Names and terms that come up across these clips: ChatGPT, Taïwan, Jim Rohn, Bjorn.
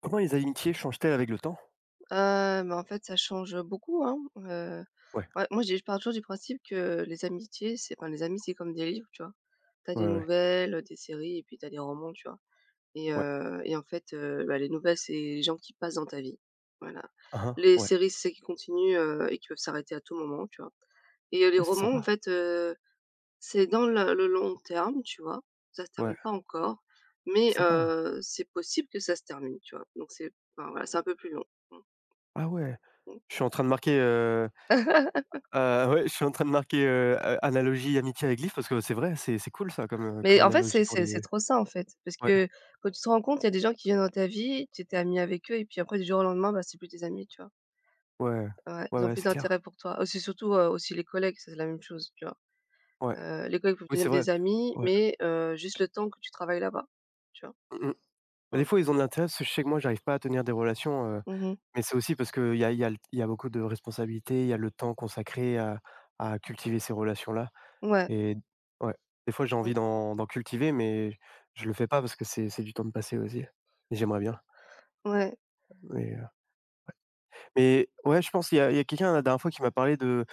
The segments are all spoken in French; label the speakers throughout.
Speaker 1: Comment les amitiés changent-elles avec le temps?
Speaker 2: Heu, Bah, en fait, ça change, beaucoup, hein,
Speaker 1: Ouais,
Speaker 2: ouais, moi, j'ai je pars toujours du principe que les amitiés, c'est enfin, les amis, c'est comme des livres, tu vois? T'as
Speaker 1: ouais,
Speaker 2: des
Speaker 1: ouais,
Speaker 2: nouvelles, des séries et puis t'as des romans, tu vois? Et
Speaker 1: ouais.
Speaker 2: heu et en fait, bah, les nouvelles, c'est les gens qui passent dans ta vie, voilà.
Speaker 1: Hein, hein,
Speaker 2: Les
Speaker 1: ouais.
Speaker 2: séries, c'est qui continuent, et qui peuvent s'arrêter à tout moment, tu vois? Et les
Speaker 1: Ouais, c'est
Speaker 2: romans, en
Speaker 1: sympa.
Speaker 2: fait, c'est dans le long terme, tu vois? Ça se
Speaker 1: Ouais,
Speaker 2: termine pas encore, mais
Speaker 1: sympa.
Speaker 2: c'est possible que ça se termine, tu vois? Donc c'est enfin, voilà, c'est un peu plus long. Mmh.
Speaker 1: Ah ouais. Je suis en train de marquer, ouais, je suis en train de marquer, a analogie amitié avec livre parce que c'est vrai, c'est cool ça comme,
Speaker 2: Mais
Speaker 1: comme
Speaker 2: en fait,
Speaker 1: analogie
Speaker 2: c'est
Speaker 1: pour
Speaker 2: c'est c'est
Speaker 1: les
Speaker 2: trop ça, en fait. Parce
Speaker 1: ouais,
Speaker 2: que quand tu te rends compte, il y a des gens qui viennent dans ta vie, tu étais ami avec eux et puis après, du jour au lendemain, bah, c'est plus tes amis, tu vois?
Speaker 1: ouais,
Speaker 2: Ouais,
Speaker 1: ouais,
Speaker 2: ils ont
Speaker 1: ouais,
Speaker 2: plus
Speaker 1: c'est clair.
Speaker 2: d'intérêt pour toi. Aussi surtout, aussi les collègues, ça c'est la même chose, tu vois?
Speaker 1: Ouais,
Speaker 2: Les collègues peuvent
Speaker 1: oui,
Speaker 2: devenir
Speaker 1: c'est vrai.
Speaker 2: des amis,
Speaker 1: Ouais.
Speaker 2: mais juste le temps que tu travailles là-bas, tu vois?
Speaker 1: Mmh mh. Des
Speaker 2: Mmh.
Speaker 1: fois, ils ont de l'intérêt parce que je sais que moi, j'arrive pas à tenir des relations,
Speaker 2: Mmh.
Speaker 1: mais c'est aussi parce qu'il y a il y a il y a beaucoup de responsabilités, il y a le temps consacré à cultiver ces relations-là.
Speaker 2: Ouais.
Speaker 1: Et ouais, des fois, j'ai
Speaker 2: Mmh.
Speaker 1: envie d'en cultiver, mais je le fais pas parce que c'est du temps de passer aussi. Et j'aimerais bien,
Speaker 2: Ouais.
Speaker 1: mais heu, mais ouais, je pense il y a quelqu'un la dernière fois qui m'a parlé de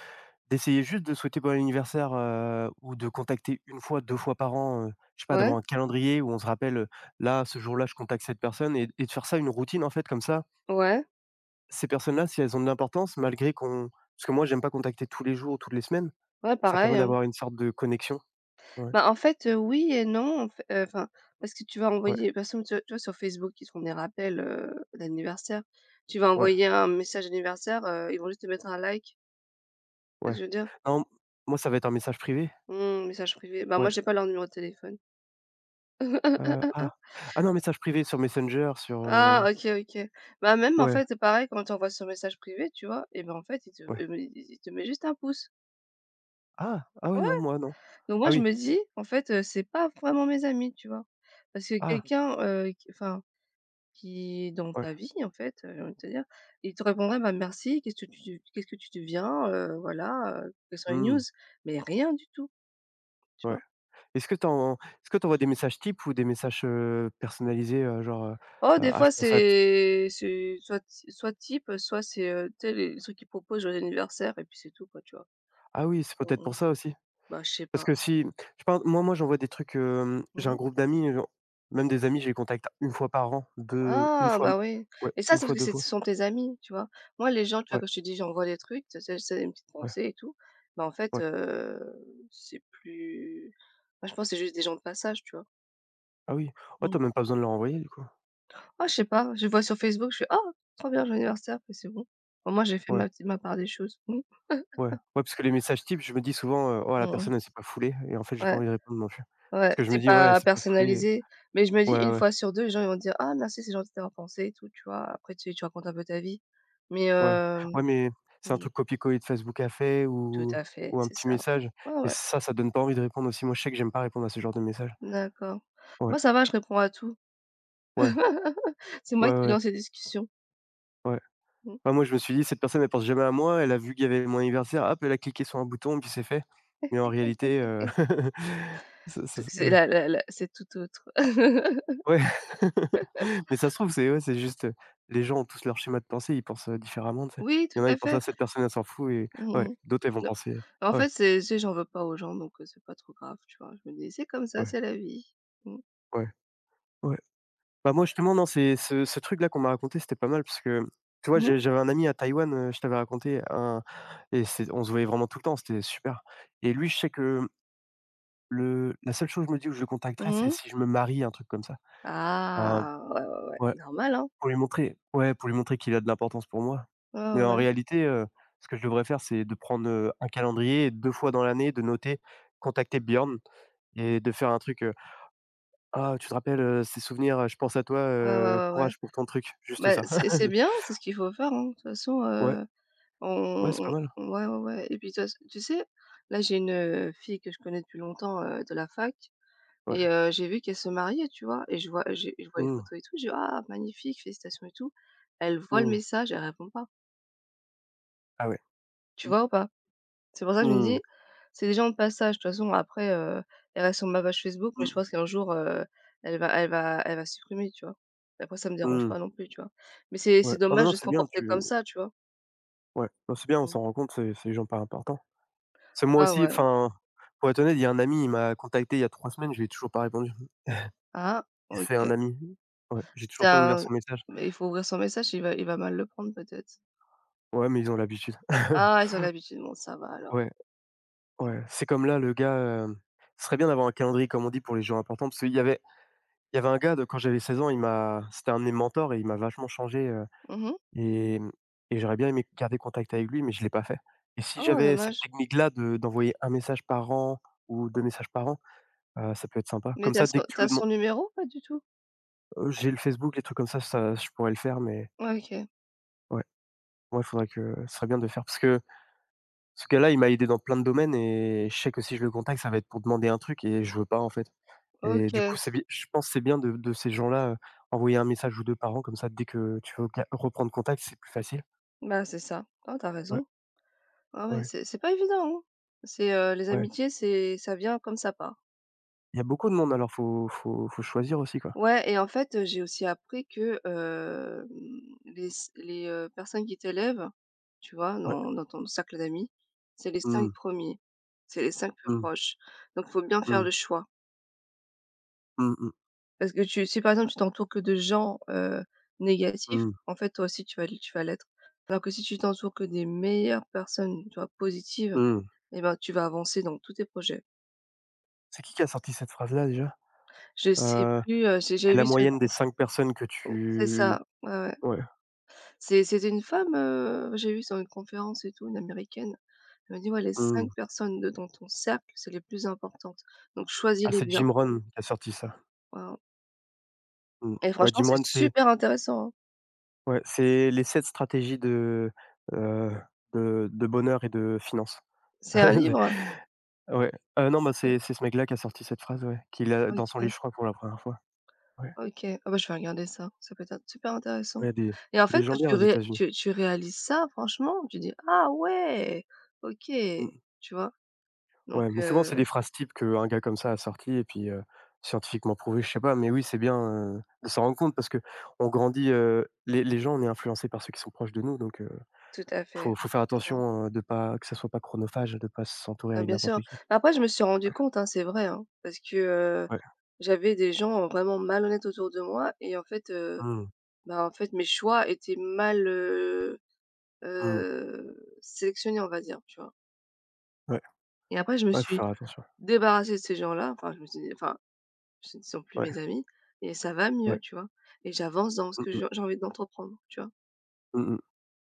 Speaker 1: d'essayer juste de souhaiter bon anniversaire, ou de contacter une fois, 2 fois par an, je sais pas,
Speaker 2: Ouais.
Speaker 1: d'avoir un calendrier où on se rappelle, là, ce jour-là, je contacte cette personne et de faire ça une routine, en fait, comme ça,
Speaker 2: Ouais.
Speaker 1: ces personnes-là, si elles ont de l'importance, malgré qu'on parce que moi, j'aime pas contacter tous les jours, toutes les semaines,
Speaker 2: Ouais,
Speaker 1: ça
Speaker 2: pareil,
Speaker 1: permet
Speaker 2: hein.
Speaker 1: d'avoir une sorte de connexion. Ouais,
Speaker 2: Bah, en fait, oui et non, en fait, enfin, parce que tu vas
Speaker 1: ouais,
Speaker 2: envoyer par exemple, tu vois sur Facebook, ils te font des rappels, d'anniversaire. Tu vas
Speaker 1: ouais.
Speaker 2: envoyer un message anniversaire, ils vont juste te mettre un like.
Speaker 1: Ouais.
Speaker 2: Je veux dire?
Speaker 1: Non, moi, ça va être un message privé.
Speaker 2: Mmh, message privé. Bah, moi,
Speaker 1: Ouais,
Speaker 2: j'ai pas leur numéro de téléphone.
Speaker 1: ah. Ah non, message privé sur Messenger, sur,
Speaker 2: Ah OK, OK. Bah, même en
Speaker 1: ouais,
Speaker 2: fait, c'est pareil quand tu envoies sur message privé, tu vois? Et bah, en fait,
Speaker 1: ouais.
Speaker 2: ils me te mettent juste un pouce.
Speaker 1: Ah! Ah ouais,
Speaker 2: Ouais,
Speaker 1: non, moi, non.
Speaker 2: donc
Speaker 1: Ah
Speaker 2: moi, je
Speaker 1: oui.
Speaker 2: me dis, en fait, c'est pas vraiment mes amis, tu vois? Parce que
Speaker 1: Ah!
Speaker 2: quelqu'un, qui enfin qui dans
Speaker 1: Ouais.
Speaker 2: ta vie en fait, j'ai envie de te dire, ils te répondraient: «Bah, merci, qu'est-ce que tu deviens? Voilà, quelles sont les news?»
Speaker 1: Mmh,
Speaker 2: Mais rien du tout, tu
Speaker 1: ouais.
Speaker 2: vois?
Speaker 1: Est-ce que tu envoies des messages types ou des messages, personnalisés, genre,
Speaker 2: Oh des
Speaker 1: «Ah,
Speaker 2: fois
Speaker 1: je pense à t»
Speaker 2: c'est soit Tips, soit c'est, tu sais les trucs qu'ils proposent joyeux anniversaire et puis c'est tout quoi, tu vois?
Speaker 1: ah oui, c'est peut-être
Speaker 2: Mmh mh.
Speaker 1: pour ça aussi?
Speaker 2: Bah, je sais
Speaker 1: Parce
Speaker 2: pas.
Speaker 1: que si je pense moi, j'envoie des trucs,
Speaker 2: Mmh
Speaker 1: j'ai un
Speaker 2: mh.
Speaker 1: groupe d'amis, même des amis, je les contacte une fois par an, deux une
Speaker 2: Ah
Speaker 1: fois m
Speaker 2: bah, oui,
Speaker 1: ouais,
Speaker 2: mais ça
Speaker 1: une
Speaker 2: c'est parce
Speaker 1: fois,
Speaker 2: que
Speaker 1: 2
Speaker 2: c'est
Speaker 1: fois.
Speaker 2: ce sont tes amis, tu vois? Moi les gens, tu vois,
Speaker 1: Ouais,
Speaker 2: quand je te dis j'envoie des trucs, tu sais c'est une petite
Speaker 1: ouais,
Speaker 2: pensée et tout, bah, en fait,
Speaker 1: ouais.
Speaker 2: c'est plus moi je pense c'est juste des gens de passage, tu vois?
Speaker 1: Ah oui. Ouais,
Speaker 2: Mmh.
Speaker 1: tu as même pas besoin de leur envoyer du coup.
Speaker 2: Ah je sais pas, je vois sur Facebook, je fais: «Ah! Trop bien, joyeux anniversaire!» puis c'est bon. Au moins j'ai fait
Speaker 1: Ouais,
Speaker 2: ma part des choses. Mmh.
Speaker 1: ouais, ouais, parce que les messages types, je me dis souvent, «Oh
Speaker 2: Mmh
Speaker 1: la
Speaker 2: mh.
Speaker 1: personne elle s'est pas foulée» et en fait, j'ai pas
Speaker 2: Ouais,
Speaker 1: envie de répondre non plus.
Speaker 2: ouais,
Speaker 1: Parce que je me
Speaker 2: c'est
Speaker 1: dis: «Ouais, elle
Speaker 2: pas
Speaker 1: s'est pas foulée».
Speaker 2: personnalisé, mais je me dis,
Speaker 1: Ouais,
Speaker 2: une
Speaker 1: ouais,
Speaker 2: fois sur 2 les gens ils vont dire: «Ah merci, c'est gentil d'avoir pensé» et tout, tu vois? Après tu racontes un peu ta vie, mais
Speaker 1: ouais.
Speaker 2: hem
Speaker 1: Ouais, mais c'est un
Speaker 2: mmh,
Speaker 1: truc copié-collé de Facebook a fait
Speaker 2: tout
Speaker 1: ou
Speaker 2: à fait,
Speaker 1: un
Speaker 2: c'est
Speaker 1: petit
Speaker 2: ça.
Speaker 1: message
Speaker 2: Ouais,
Speaker 1: et
Speaker 2: ouais,
Speaker 1: ça donne pas envie de répondre aussi. Moi, je sais que j'aime pas répondre à ce genre de messages.
Speaker 2: d'accord.
Speaker 1: Ouais,
Speaker 2: Moi ça va, je réponds à tout.
Speaker 1: ouais,
Speaker 2: C'est
Speaker 1: ouais,
Speaker 2: moi qui
Speaker 1: ouais,
Speaker 2: lance les discussions.
Speaker 1: ouais.
Speaker 2: Mmh.
Speaker 1: Bah, moi, je me suis dit: «Cette personne, elle pense jamais à moi, elle a vu qu'il y avait mon anniversaire, hop, elle a cliqué sur un bouton, puis c'est fait». Mais en réalité, ça ça
Speaker 2: C'est
Speaker 1: ouais.
Speaker 2: la la la, c'est tout autre.
Speaker 1: Ouais, mais ça se trouve, c'est ouais, c'est juste, les gens ont tous leur schéma de pensée, ils pensent, différemment, tu sais?
Speaker 2: Oui,
Speaker 1: Il
Speaker 2: tout
Speaker 1: y en a,
Speaker 2: à
Speaker 1: ils pensent:
Speaker 2: fait.
Speaker 1: à cette personne, elle s'en fout» et ouais,
Speaker 2: Mmh.
Speaker 1: d'autres, elles vont
Speaker 2: Non.
Speaker 1: penser
Speaker 2: En
Speaker 1: ouais,
Speaker 2: fait, c'est j'en veux pas aux gens, donc c'est pas trop grave, tu vois? Je me dis: «C'est comme ça,
Speaker 1: ouais,
Speaker 2: c'est la vie». Mmh.
Speaker 1: ouais, ouais. Bah, moi, justement, non, c'est ce truc-là qu'on m'a raconté, c'était pas mal parce que, tu vois,
Speaker 2: Mmh mh.
Speaker 1: j'avais un ami à Taïwan, je t'avais raconté un et c'est on se voyait vraiment tout le temps, c'était super et lui, je sais que le la seule chose, que je me dis, où je le contacterais, c'est
Speaker 2: Mmh.
Speaker 1: si je me marie, un truc comme ça. Heu,
Speaker 2: Ah! Ouais, ouais, ouais.
Speaker 1: ouais.
Speaker 2: Normal, hein?
Speaker 1: Pour lui montrer ouais, pour lui montrer qu'il a de l'importance pour moi.
Speaker 2: Ouais,
Speaker 1: Mais
Speaker 2: ouais,
Speaker 1: en
Speaker 2: ouais.
Speaker 1: réalité, ce que je devrais faire, c'est de prendre, un calendrier 2 fois dans l'année, de noter, contacter Bjorn et de faire un truc, «Ah, tu te rappelles, ces souvenirs, je pense à toi,
Speaker 2: Ouais, ouais, ouais, ouais.
Speaker 1: courage pour ton truc», juste
Speaker 2: Bah,
Speaker 1: ça.
Speaker 2: c'est bien, c'est ce qu'il faut faire, hein. De toute façon,
Speaker 1: Ouais, ouais, c'est pas mal,
Speaker 2: on ouais, ouais, ouais et puis de toute façon tu sais, là, j'ai une, fille que je connais depuis longtemps, de la fac
Speaker 1: ouais.
Speaker 2: et j'ai vu qu'elle se mariait, tu vois? Et je vois les
Speaker 1: Mmh,
Speaker 2: photos et tout, je dis: «Ah, magnifique, félicitations et tout». Elle voit le
Speaker 1: mmh.
Speaker 2: message, elle répond pas.
Speaker 1: Ah ouais.
Speaker 2: Tu
Speaker 1: Mmh,
Speaker 2: vois ou pas? C'est pour ça que je me
Speaker 1: mmh,
Speaker 2: dis, c'est des gens de passage. De toute façon, après, elle reste sur ma page Facebook, mais je
Speaker 1: mmh,
Speaker 2: pense qu'un jour, elle va supprimer, tu vois? Après ça me dérange
Speaker 1: mmh.
Speaker 2: pas non plus, tu vois? Mais c'est
Speaker 1: Ouais.
Speaker 2: c'est
Speaker 1: Ah bah
Speaker 2: dommage
Speaker 1: non,
Speaker 2: de se
Speaker 1: c'est bien,
Speaker 2: comporter
Speaker 1: tu
Speaker 2: comme ça, tu vois?
Speaker 1: ouais, bah, c'est bien, on
Speaker 2: Mmh.
Speaker 1: s'en rend compte, c'est les gens pas importants. C'est moi
Speaker 2: Ah
Speaker 1: aussi,
Speaker 2: ouais.
Speaker 1: enfin, pour être honnête, il y a un ami, il m'a contacté il y a 3 semaines, je lui ai toujours pas répondu.
Speaker 2: Ah,
Speaker 1: C'est
Speaker 2: OK.
Speaker 1: un ami. Ouais, j'ai
Speaker 2: C'est
Speaker 1: toujours pas ouvert
Speaker 2: un
Speaker 1: son message.
Speaker 2: Mais il faut ouvrir son message, il va mal le prendre peut-être.
Speaker 1: Ouais, mais ils ont l'habitude.
Speaker 2: Ah, ils ont l'habitude, bon ça va alors.
Speaker 1: Ouais,
Speaker 2: Bon.
Speaker 1: ouais. C'est comme là, le gars, hem, ce serait bien d'avoir un calendrier, comme on dit, pour les jours importants, parce qu'il y avait un gars de quand j'avais 16 ans, il m'a c'était un de mes mentors et il m'a vachement changé,
Speaker 2: Mmh.
Speaker 1: et et j'aurais bien aimé garder contact avec lui, mais je l'ai pas fait et si
Speaker 2: Oh
Speaker 1: j'avais cette
Speaker 2: dommage.
Speaker 1: technique-là de d'envoyer un message par an ou 2 messages par an, ça peut être sympa.
Speaker 2: Mais
Speaker 1: Comme
Speaker 2: t'as, as
Speaker 1: ça, dès
Speaker 2: son
Speaker 1: que
Speaker 2: tu
Speaker 1: tu
Speaker 2: as
Speaker 1: veux deman
Speaker 2: son numéro? Pas du tout?
Speaker 1: j'ai le Facebook, les trucs comme ça je pourrais le faire, mais
Speaker 2: OK.
Speaker 1: ouais, ouais, faudrait que ce serait bien de le faire parce que Ce gars-là, il m'a aidé dans plein de domaines et je sais que si je le contacte, ça va être pour demander un truc et je veux pas, en fait et du coup,
Speaker 2: OK.
Speaker 1: c'est bi je pense que c'est bien de ces gens-là, envoyer un message ou 2 par an comme ça, dès que tu veux ca reprendre contact, c'est plus facile.
Speaker 2: Bah, c'est ça. Oh, t'as
Speaker 1: Ouais,
Speaker 2: raison. Ah ouais,
Speaker 1: ouais,
Speaker 2: c'est pas évident, hein. C'est, les
Speaker 1: ouais.
Speaker 2: amitiés, c'est ça vient comme ça part.
Speaker 1: Il y a beaucoup de monde alors faut choisir aussi, quoi.
Speaker 2: Ouais et en fait, j'ai aussi appris que, les personnes qui t'élèvent, tu vois,
Speaker 1: Ouais.
Speaker 2: dans ton cercle d'amis, c'est les cinq
Speaker 1: Mmh,
Speaker 2: premiers, c'est les 5 plus
Speaker 1: mmh,
Speaker 2: proches. Donc il faut bien faire
Speaker 1: mmh,
Speaker 2: le choix.
Speaker 1: mmh, mmh,
Speaker 2: Parce que tu si par exemple tu t'entoures que de gens, négatifs,
Speaker 1: mmh,
Speaker 2: en fait toi aussi tu vas l'être. Alors que si tu t'entoures que des meilleures personnes, tu vois, positives
Speaker 1: mmh.
Speaker 2: eh ben, tu vas avancer dans tous tes projets.
Speaker 1: C'est qui a sorti cette phrase-là déjà?
Speaker 2: Je sais
Speaker 1: Heu,
Speaker 2: plus, j'ai
Speaker 1: tu la
Speaker 2: vu sur une
Speaker 1: moyenne des
Speaker 2: conf.
Speaker 1: 5 personnes que
Speaker 2: Oh, c'est
Speaker 1: tu
Speaker 2: ça, ouais, ouais.
Speaker 1: ouais,
Speaker 2: C'était une femme, j'ai vu sur une conférence et tout, une américaine. Elle m'a dit: «Ouais, les
Speaker 1: mmh.
Speaker 2: cinq personnes de dans ton cercle, c'est les plus importantes, donc
Speaker 1: Ah,
Speaker 2: choisis-les
Speaker 1: c'est
Speaker 2: bien».
Speaker 1: Jim Rohn qui a sorti ça.
Speaker 2: Waouh
Speaker 1: Mmh.
Speaker 2: et
Speaker 1: Ouais,
Speaker 2: franchement,
Speaker 1: Jim
Speaker 2: c'est
Speaker 1: Rohn, c'est
Speaker 2: super intéressant, hein.
Speaker 1: Ouais, c'est les 7 stratégies heu, de bonheur et de finances.
Speaker 2: C'est un livre?
Speaker 1: Ouais, non, bah,
Speaker 2: OK,
Speaker 1: c'est ce mec-là qui a sorti cette phrase, ouais, qu'il a dans son
Speaker 2: OK,
Speaker 1: livre, je crois, pour la première fois. Ouais,
Speaker 2: OK. Ah bah, je vais regarder ça, ça peut être super intéressant
Speaker 1: ouais,
Speaker 2: et en
Speaker 1: des
Speaker 2: fait,
Speaker 1: gens
Speaker 2: quand
Speaker 1: bien
Speaker 2: tu
Speaker 1: aux
Speaker 2: ré
Speaker 1: États-Unis.
Speaker 2: tu tu réalises ça, franchement, tu dis: «Ah ouais, OK»,
Speaker 1: Mmh. mmh.
Speaker 2: tu vois? Donc
Speaker 1: Ouais, mais souvent, c'est des phrases types qu'un gars comme ça a sorti et puis, scientifiquement prouvé, je sais pas, mais oui, c'est bien, de s'en rendre compte parce que on grandit, les gens, on est influencés par ceux qui sont proches de nous, donc
Speaker 2: tout à fait.
Speaker 1: faut faire
Speaker 2: Mmh, mmh.
Speaker 1: attention, de pas que ça soit pas chronophage, de pas s'entourer
Speaker 2: Ah
Speaker 1: avec
Speaker 2: bien sûr.
Speaker 1: n'importe qui.
Speaker 2: Bah, après je me suis rendu
Speaker 1: Ouais,
Speaker 2: compte, hein, c'est vrai, hein, parce que, heu,
Speaker 1: ouais.
Speaker 2: j'avais des gens vraiment malhonnêtes autour de moi et en fait,
Speaker 1: Mmh,
Speaker 2: bah, en fait mes choix étaient mal,
Speaker 1: mmh,
Speaker 2: sélectionnés on va dire, tu vois?
Speaker 1: ouais.
Speaker 2: Et après je me
Speaker 1: Ouais, faut
Speaker 2: suis
Speaker 1: faire attention.
Speaker 2: débarrassée de ces gens-là, enfin je me suis dé enfin ce ne sont plus
Speaker 1: Ouais,
Speaker 2: mes amis et ça va mieux,
Speaker 1: ouais.
Speaker 2: tu vois? Et j'avance dans ce
Speaker 1: Mmh
Speaker 2: que
Speaker 1: mh.
Speaker 2: j'ai envie d'entreprendre, tu vois?
Speaker 1: Mmh mh.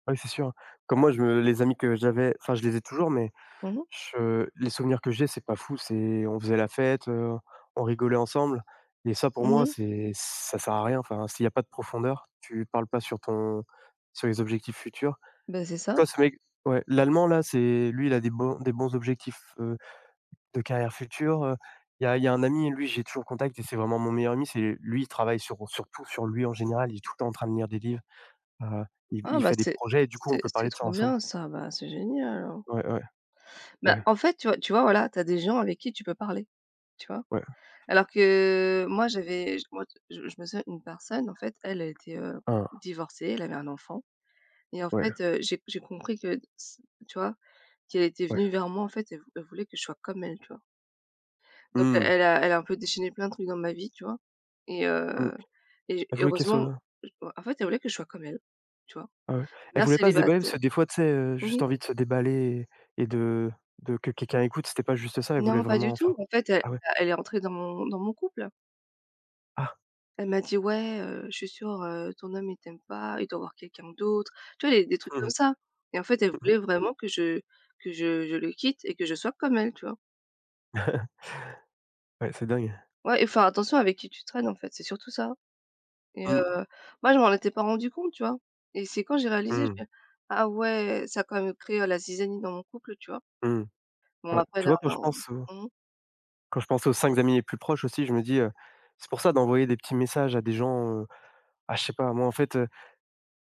Speaker 1: Ouais, c'est sûr. Hein. Comme moi, je me les amis que j'avais enfin, je les ai toujours, mais
Speaker 2: Mmh
Speaker 1: je les souvenirs que j'ai, c'est pas fou, c'est on faisait la fête, on rigolait ensemble et ça,
Speaker 2: mh.
Speaker 1: pour moi,
Speaker 2: Mmh,
Speaker 1: c'est ça sert à rien. Enfin, s'il y a pas de profondeur, tu parles pas sur ton sur les objectifs futurs.
Speaker 2: c'est ça.
Speaker 1: Toi, ce mec ouais, l'allemand, là, c'est lui, il a des bons objectifs, de carrière future, il y a un ami, lui, j'ai toujours contact et c'est vraiment mon meilleur ami, c'est lui, il travaille surtout sur lui en général, il est tout le temps en train de lire des livres. Heu, il
Speaker 2: Ah
Speaker 1: il
Speaker 2: bah,
Speaker 1: fait des
Speaker 2: c'est
Speaker 1: projets et du coup, on
Speaker 2: c'est
Speaker 1: peut
Speaker 2: c'est
Speaker 1: parler de ça
Speaker 2: trop
Speaker 1: ensemble.
Speaker 2: bien ça, bah, c'est génial!
Speaker 1: Ouais, ouais,
Speaker 2: Bah,
Speaker 1: ouais,
Speaker 2: en fait, tu vois, voilà, t'as des gens avec qui tu peux parler, tu vois?
Speaker 1: ouais,
Speaker 2: Alors que moi, j'avais j moi, je me souviens une personne, en fait, elle, elle était,
Speaker 1: hein,
Speaker 2: divorcée, elle avait un enfant et en
Speaker 1: ouais,
Speaker 2: fait, j'ai compris que c tu vois? Qu'elle était
Speaker 1: ouais.
Speaker 2: venue vers moi, en fait, elle voulait que je sois comme elle, tu vois? Donc elle
Speaker 1: Mmh,
Speaker 2: elle a elle a un peu déchaîné plein de trucs dans ma vie, tu vois? Et
Speaker 1: mmh.
Speaker 2: heu et
Speaker 1: Elle
Speaker 2: et
Speaker 1: voulait qu'elle
Speaker 2: heureusement,
Speaker 1: soit
Speaker 2: j en fait, elle voulait que je sois comme elle, tu vois?
Speaker 1: ah ouais. Elle
Speaker 2: Mère
Speaker 1: voulait pas se déballer parce
Speaker 2: célibataire.
Speaker 1: que des fois, tu sais,
Speaker 2: Mmh.
Speaker 1: juste envie de se déballer et de que quelqu'un écoute, c'était pas juste ça, elle voulait
Speaker 2: Non, pas du
Speaker 1: vraiment en
Speaker 2: tout.
Speaker 1: faire
Speaker 2: En fait, elle
Speaker 1: ah ouais,
Speaker 2: elle est entrée dans mon couple.
Speaker 1: ah.
Speaker 2: Elle m'a dit: «Ouais, je suis sûre, ton homme il t'aime pas, il doit avoir quelqu'un d'autre». Tu vois, des trucs
Speaker 1: Mmh
Speaker 2: comme
Speaker 1: mh.
Speaker 2: ça et en fait, elle
Speaker 1: Mmh
Speaker 2: voulait vraiment que je le quitte et que je sois comme elle, tu vois?
Speaker 1: mh. Ouais, c'est dingue.
Speaker 2: Ouais et faire attention avec qui tu traînes, en fait, c'est surtout ça et
Speaker 1: Mmh,
Speaker 2: moi je m'en étais pas rendu compte, tu vois? Et c'est quand j'ai réalisé,
Speaker 1: mmh,
Speaker 2: je fais: «Ah ouais, ça a quand même créé, la zizanie dans mon couple», tu vois?
Speaker 1: mmh.
Speaker 2: Bon
Speaker 1: Ouais.
Speaker 2: après
Speaker 1: Tu
Speaker 2: là,
Speaker 1: vois,
Speaker 2: non. Mmh mh.
Speaker 1: quand je pense aux 5 amis les plus proches aussi, je me dis, c'est pour ça d'envoyer des petits messages à des gens, ah, je sais pas, moi, en fait,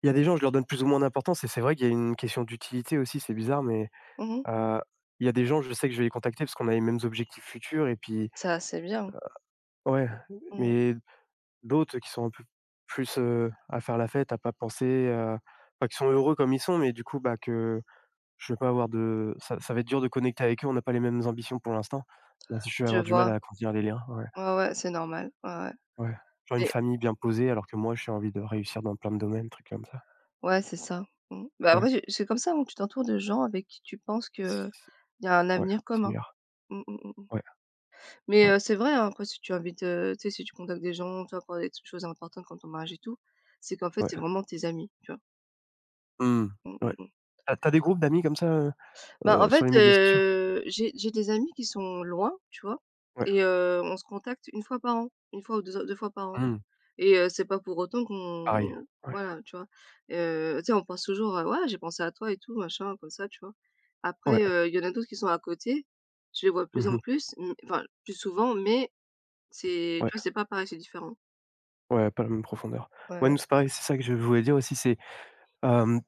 Speaker 1: Il y a des gens, je leur donne plus ou moins d'importance et c'est vrai qu'il y a une question d'utilité aussi, c'est bizarre, mais
Speaker 2: Mmh.
Speaker 1: heu, il y a des gens, je sais que je vais les contacter parce qu'on a les mêmes objectifs futurs et puis
Speaker 2: Ça, c'est bien.
Speaker 1: ouais,
Speaker 2: Mmh.
Speaker 1: mais d'autres qui sont un peu plus, à faire la fête, à pas penser, enfin qui sont heureux comme ils sont, mais du coup, bah, que je vais pas avoir de ça ça va être dur de connecter avec eux, on n'a pas les mêmes ambitions pour l'instant. Même si je vais
Speaker 2: Je
Speaker 1: avoir du mal
Speaker 2: vois.
Speaker 1: à agrandir les liens, ouais,
Speaker 2: Ouais, ouais, c'est normal. Ouais, ouais.
Speaker 1: ouais. Genre une famille bien posée alors que moi, j'ai envie de réussir dans plein de domaines, trucs comme ça.
Speaker 2: Ouais, c'est ça. Mmh. Bah,
Speaker 1: Ouais,
Speaker 2: après, c'est comme ça, hein, tu t'entoures de gens avec qui tu penses
Speaker 1: c
Speaker 2: qu'il
Speaker 1: c
Speaker 2: y a un
Speaker 1: ouais,
Speaker 2: avenir
Speaker 1: c'est
Speaker 2: commun.
Speaker 1: meilleur.
Speaker 2: Mmh, mmh, mmh.
Speaker 1: Ouais,
Speaker 2: Mais
Speaker 1: ouais, ouais.
Speaker 2: c'est vrai, hein, après si tu invites, tu sais, si tu contactes des gens, tu vois, pour des choses importantes comme ton mariage et tout, c'est qu'en fait, c'est vraiment tes amis, tu vois?
Speaker 1: Mmh.
Speaker 2: Mmh, mmh,
Speaker 1: Ouais.
Speaker 2: mmh.
Speaker 1: Tu as des groupes d'amis comme ça,
Speaker 2: Bah, en
Speaker 1: sur
Speaker 2: fait,
Speaker 1: les médias sociaux?
Speaker 2: j'ai des amis qui sont loin, tu vois?
Speaker 1: Ouais.
Speaker 2: Et on se contacte une fois par an, une fois ou deux, 2 fois par an.
Speaker 1: Mmh.
Speaker 2: Et c'est pas pour autant
Speaker 1: Pareil.
Speaker 2: qu'on
Speaker 1: Ouais.
Speaker 2: voilà, tu vois? Tu sais, on pense toujours, «Ouais, j'ai pensé à toi et tout machin», comme ça, tu vois?
Speaker 1: Ouais.
Speaker 2: Après, il y en a d'autres qui sont à côté, je les vois de plus
Speaker 1: Mmh
Speaker 2: en
Speaker 1: mh.
Speaker 2: plus, enfin, plus souvent, mais c'est
Speaker 1: Ouais.
Speaker 2: tu vois, c'est pas pareil, c'est différent.
Speaker 1: Ouais, pas la même profondeur. Ouais,
Speaker 2: Ouais.
Speaker 1: nous, c'est pareil, c'est ça que je voulais dire aussi, c'est, hem,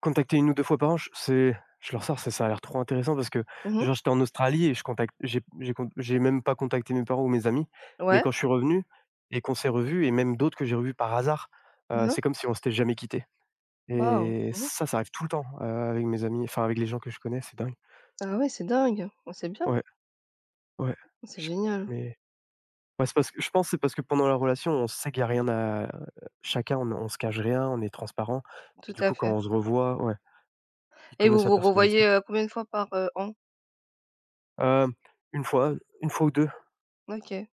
Speaker 1: contacter une ou 2 fois par an, je c'est je leur sors, ça ça a l'air trop intéressant parce que,
Speaker 2: Mmh.
Speaker 1: genre, j'étais en Australie et je contacte j'ai con j'ai même pas contacté mes parents ou mes amis, mais
Speaker 2: Ouais.
Speaker 1: quand je suis revenu et qu'on s'est revus et même d'autres que j'ai revus par hasard,
Speaker 2: Mmh.
Speaker 1: c'est comme si on s'était jamais quittés
Speaker 2: Waouh.
Speaker 1: et
Speaker 2: Mmh.
Speaker 1: ça arrive tout le temps, avec mes amis, enfin avec les gens que je connais, c'est dingue.
Speaker 2: Ah ouais, c'est dingue. Oh, c'est bien.
Speaker 1: Ouais. Ouais,
Speaker 2: C'est
Speaker 1: je
Speaker 2: génial.
Speaker 1: mais ouais, c'est parce que je pense c'est parce que pendant la relation, on sait qu'il y a rien à chacun, on se cache rien, on est transparent et
Speaker 2: Tout
Speaker 1: du
Speaker 2: à
Speaker 1: coup quand
Speaker 2: fait.
Speaker 1: on se revoit, ouais, il
Speaker 2: Et
Speaker 1: connaît
Speaker 2: vous
Speaker 1: sa
Speaker 2: vous
Speaker 1: personnalité.
Speaker 2: revoyez, combien de fois par, an?
Speaker 1: Hem, une fois, une fois ou 2,
Speaker 2: OK.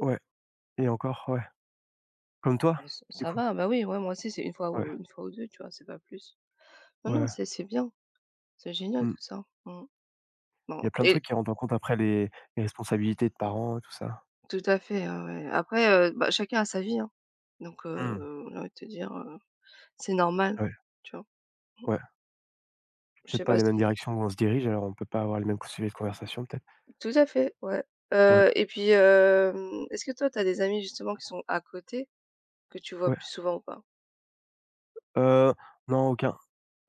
Speaker 1: ouais et encore, ouais. Comme toi,
Speaker 2: Mais ç
Speaker 1: du
Speaker 2: ça
Speaker 1: coup?
Speaker 2: va, bah oui, ouais, moi aussi, c'est une fois
Speaker 1: Ouais,
Speaker 2: ou 1 fois ou deux, tu vois? C'est pas plus. Non,
Speaker 1: ouais,
Speaker 2: non,
Speaker 1: ouais.
Speaker 2: c'est bien. C'est génial
Speaker 1: Mmh.
Speaker 2: tout ça. Mmh. Bon
Speaker 1: Il y a plein de
Speaker 2: et
Speaker 1: trucs qui rentrent en compte après les responsabilités de parents et tout ça.
Speaker 2: tout à fait, ouais, ouais. Après, bah, chacun a sa vie, hein. Donc
Speaker 1: Mmh.
Speaker 2: j'ai envie de te dire, c'est normal,
Speaker 1: Ouais,
Speaker 2: tu vois?
Speaker 1: ouais.
Speaker 2: Je
Speaker 1: Peut-être
Speaker 2: sais
Speaker 1: pas
Speaker 2: pas
Speaker 1: les mêmes
Speaker 2: si
Speaker 1: directions où on se dirige, alors on peut pas avoir les mêmes co sujets de conversation peut-être.
Speaker 2: tout à fait, ouais.
Speaker 1: Ouais,
Speaker 2: Et puis, est-ce que toi, t'as des amis justement qui sont à côté, que tu vois
Speaker 1: ouais.
Speaker 2: plus souvent ou pas?
Speaker 1: Heu, non aucun.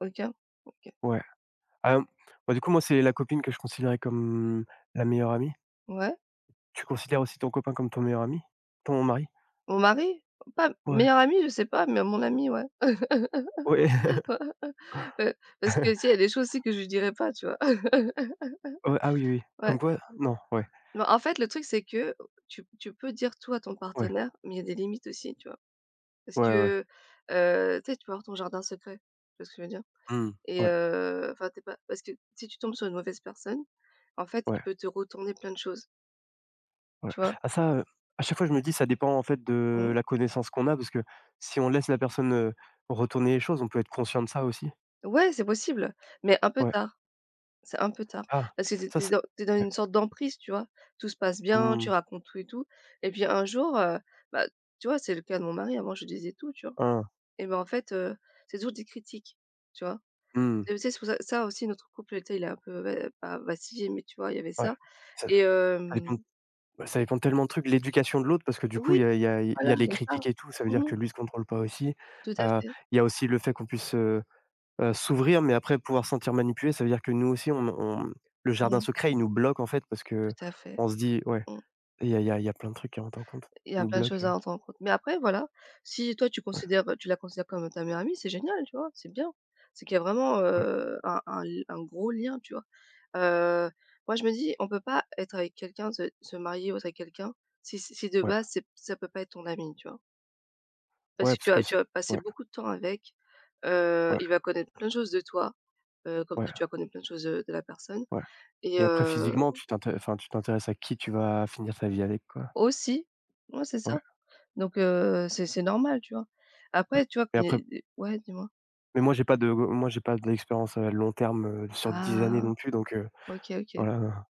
Speaker 2: Aucun? OK.
Speaker 1: Ouais. Ah, bah, du coup, moi, c'est la copine que je considérais comme la meilleure amie.
Speaker 2: Ouais.
Speaker 1: Tu considères aussi ton copain comme ton meilleur ami? Ton mari?
Speaker 2: Mon mari? Pas
Speaker 1: Ouais.
Speaker 2: meilleur ami, je sais pas, mais mon ami, ouais.
Speaker 1: Ouais.
Speaker 2: Ouais, ouais, parce que aussi, il y a des choses aussi que je lui dirais pas, tu vois?
Speaker 1: Ouais, ah oui, oui, oui.
Speaker 2: Ouais.
Speaker 1: Comme quoi non, ouais,
Speaker 2: Bah, en fait, le truc, c'est que tu peux dire tout à ton
Speaker 1: ouais,
Speaker 2: partenaire, mais il y a des limites aussi, tu vois? Parce
Speaker 1: ouais, ouais.
Speaker 2: que, tu sais, tu peux avoir ton jardin secret, tu vois ce que je veux dire?
Speaker 1: Mmh.
Speaker 2: Et
Speaker 1: Ouais,
Speaker 2: enfin, tu es pas parce que si tu tombes sur une mauvaise personne, en fait, il
Speaker 1: ouais,
Speaker 2: peut te retourner plein de choses,
Speaker 1: ouais.
Speaker 2: tu vois?
Speaker 1: Ah ça, à chaque fois, je me dis ça dépend, en fait, de
Speaker 2: Mmh.
Speaker 1: la connaissance qu'on a parce que si on laisse la personne, retourner les choses, on peut être conscient de ça aussi.
Speaker 2: Ouais, c'est possible, mais un peu
Speaker 1: Ouais.
Speaker 2: tard, c'est un peu tard.
Speaker 1: Ah,
Speaker 2: Parce que tu es
Speaker 1: ça,
Speaker 2: tu es
Speaker 1: c'est
Speaker 2: dans tu es dans
Speaker 1: ouais.
Speaker 2: une sorte d'emprise, tu vois? Tout se passe bien,
Speaker 1: Mmh.
Speaker 2: tu racontes tout et tout et puis un jour, bah, tu vois, c'est le cas de mon mari, avant je lui disais tout, tu vois?
Speaker 1: Hein.
Speaker 2: Et bah, en fait, c'est toujours des critiques, tu vois?
Speaker 1: Mmh.
Speaker 2: Et tu sais, c'est pour ça aussi notre couple, tu sais, il est un peu va pas vacillé, mais tu vois, il y avait
Speaker 1: Ouais.
Speaker 2: ça
Speaker 1: Ça
Speaker 2: et
Speaker 1: ça dépend
Speaker 2: hem
Speaker 1: Bah, ça dépend de tellement de trucs. L'éducation de l'autre, parce que du coup,
Speaker 2: oui,
Speaker 1: il y a il y a il
Speaker 2: voilà,
Speaker 1: y a les
Speaker 2: il y a ça.
Speaker 1: critiques et tout, ça veut dire
Speaker 2: Mmh.
Speaker 1: que lui ne se contrôle pas aussi.
Speaker 2: Tout à
Speaker 1: Heu,
Speaker 2: fait.
Speaker 1: il y a aussi le fait qu'on puisse, s'ouvrir, mais après pouvoir se sentir manipulé, ça veut dire que nous aussi on le jardin
Speaker 2: Mmh.
Speaker 1: secret, il nous bloque en fait parce
Speaker 2: Tout
Speaker 1: que
Speaker 2: à fait.
Speaker 1: on se dit ouais,
Speaker 2: Mmh.
Speaker 1: il y a il y a il y a plein de trucs à rentrent en compte,
Speaker 2: Il y
Speaker 1: qui
Speaker 2: a
Speaker 1: nous
Speaker 2: plein de
Speaker 1: bloquent,
Speaker 2: choses à rendre en compte. Mais après voilà, si toi
Speaker 1: ouais,
Speaker 2: tu la considères comme ta meilleure amie, c'est génial, tu vois? C'est bien. C'est qu'il y a vraiment,
Speaker 1: ouais,
Speaker 2: un gros lien, tu vois? Heu, moi je me dis: «On peut pas être avec quelqu'un, se marier ou être avec quelqu'un si de
Speaker 1: ouais,
Speaker 2: base c'est ça peut pas être ton ami», tu vois? Parce
Speaker 1: ouais,
Speaker 2: que tu
Speaker 1: parce que
Speaker 2: vas tu
Speaker 1: c
Speaker 2: vas passer
Speaker 1: ouais,
Speaker 2: beaucoup de temps avec,
Speaker 1: ouais,
Speaker 2: il va connaître plein de choses de toi, comme
Speaker 1: ouais,
Speaker 2: toi tu vas connaître plein de choses, de la personne
Speaker 1: ouais
Speaker 2: et
Speaker 1: et après physiquement, tu t'inté enfin, tu t'intéresses à qui tu vas finir ta vie avec, quoi.
Speaker 2: aussi, ouais, c'est
Speaker 1: Ouais,
Speaker 2: ça. Donc c'est normal, tu vois?
Speaker 1: ouais
Speaker 2: Après, tu vois,
Speaker 1: et
Speaker 2: quand il y
Speaker 1: après
Speaker 2: a des ouais, dis-moi?
Speaker 1: Mais moi, j'ai pas d'expérience à long terme, sur 10 années
Speaker 2: Ah,
Speaker 1: non plus, donc
Speaker 2: OK, OK.
Speaker 1: voilà,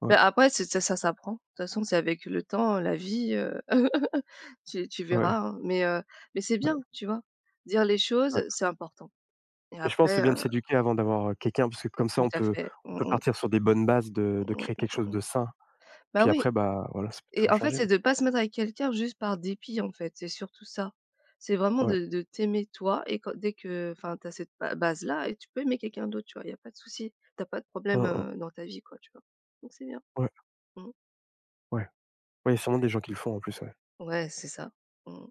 Speaker 1: ouais,
Speaker 2: Mais après, c'est ça s'apprend. De toute façon, c'est avec le temps, la vie, tu
Speaker 1: ouais,
Speaker 2: verras, hein. Mais c'est bien,
Speaker 1: ouais,
Speaker 2: tu vois? Dire les choses,
Speaker 1: ouais
Speaker 2: c'est important et
Speaker 1: et je pense c'est
Speaker 2: après,
Speaker 1: bien de s'éduquer avant d'avoir, quelqu'un parce que comme ça
Speaker 2: tout
Speaker 1: on
Speaker 2: à
Speaker 1: peut
Speaker 2: fait.
Speaker 1: on
Speaker 2: Mmh
Speaker 1: peut
Speaker 2: mh,
Speaker 1: partir sur des bonnes bases de créer
Speaker 2: mmh.
Speaker 1: quelque chose de sain.
Speaker 2: Bah
Speaker 1: Puis
Speaker 2: oui.
Speaker 1: après, bah, voilà, ça peut
Speaker 2: Et
Speaker 1: toujours
Speaker 2: en fait,
Speaker 1: changer mais
Speaker 2: c'est de pas se mettre avec quelqu'un juste par dépit, en fait, c'est surtout ça. C'est vraiment
Speaker 1: ouais.
Speaker 2: de t'aimer toi et quand dès que enfin, tu as cette ba base-là et tu peux aimer quelqu'un d'autre, tu vois? Il y a pas de souci. T'as pas de problème,
Speaker 1: Mmh mh.
Speaker 2: dans ta vie, quoi, tu vois? Donc c'est bien.
Speaker 1: Ouais,
Speaker 2: Mmh.
Speaker 1: ouais. Ouais, il y a sûrement des gens qui le font en plus, ouais.
Speaker 2: Ouais, c'est ça. Mmh.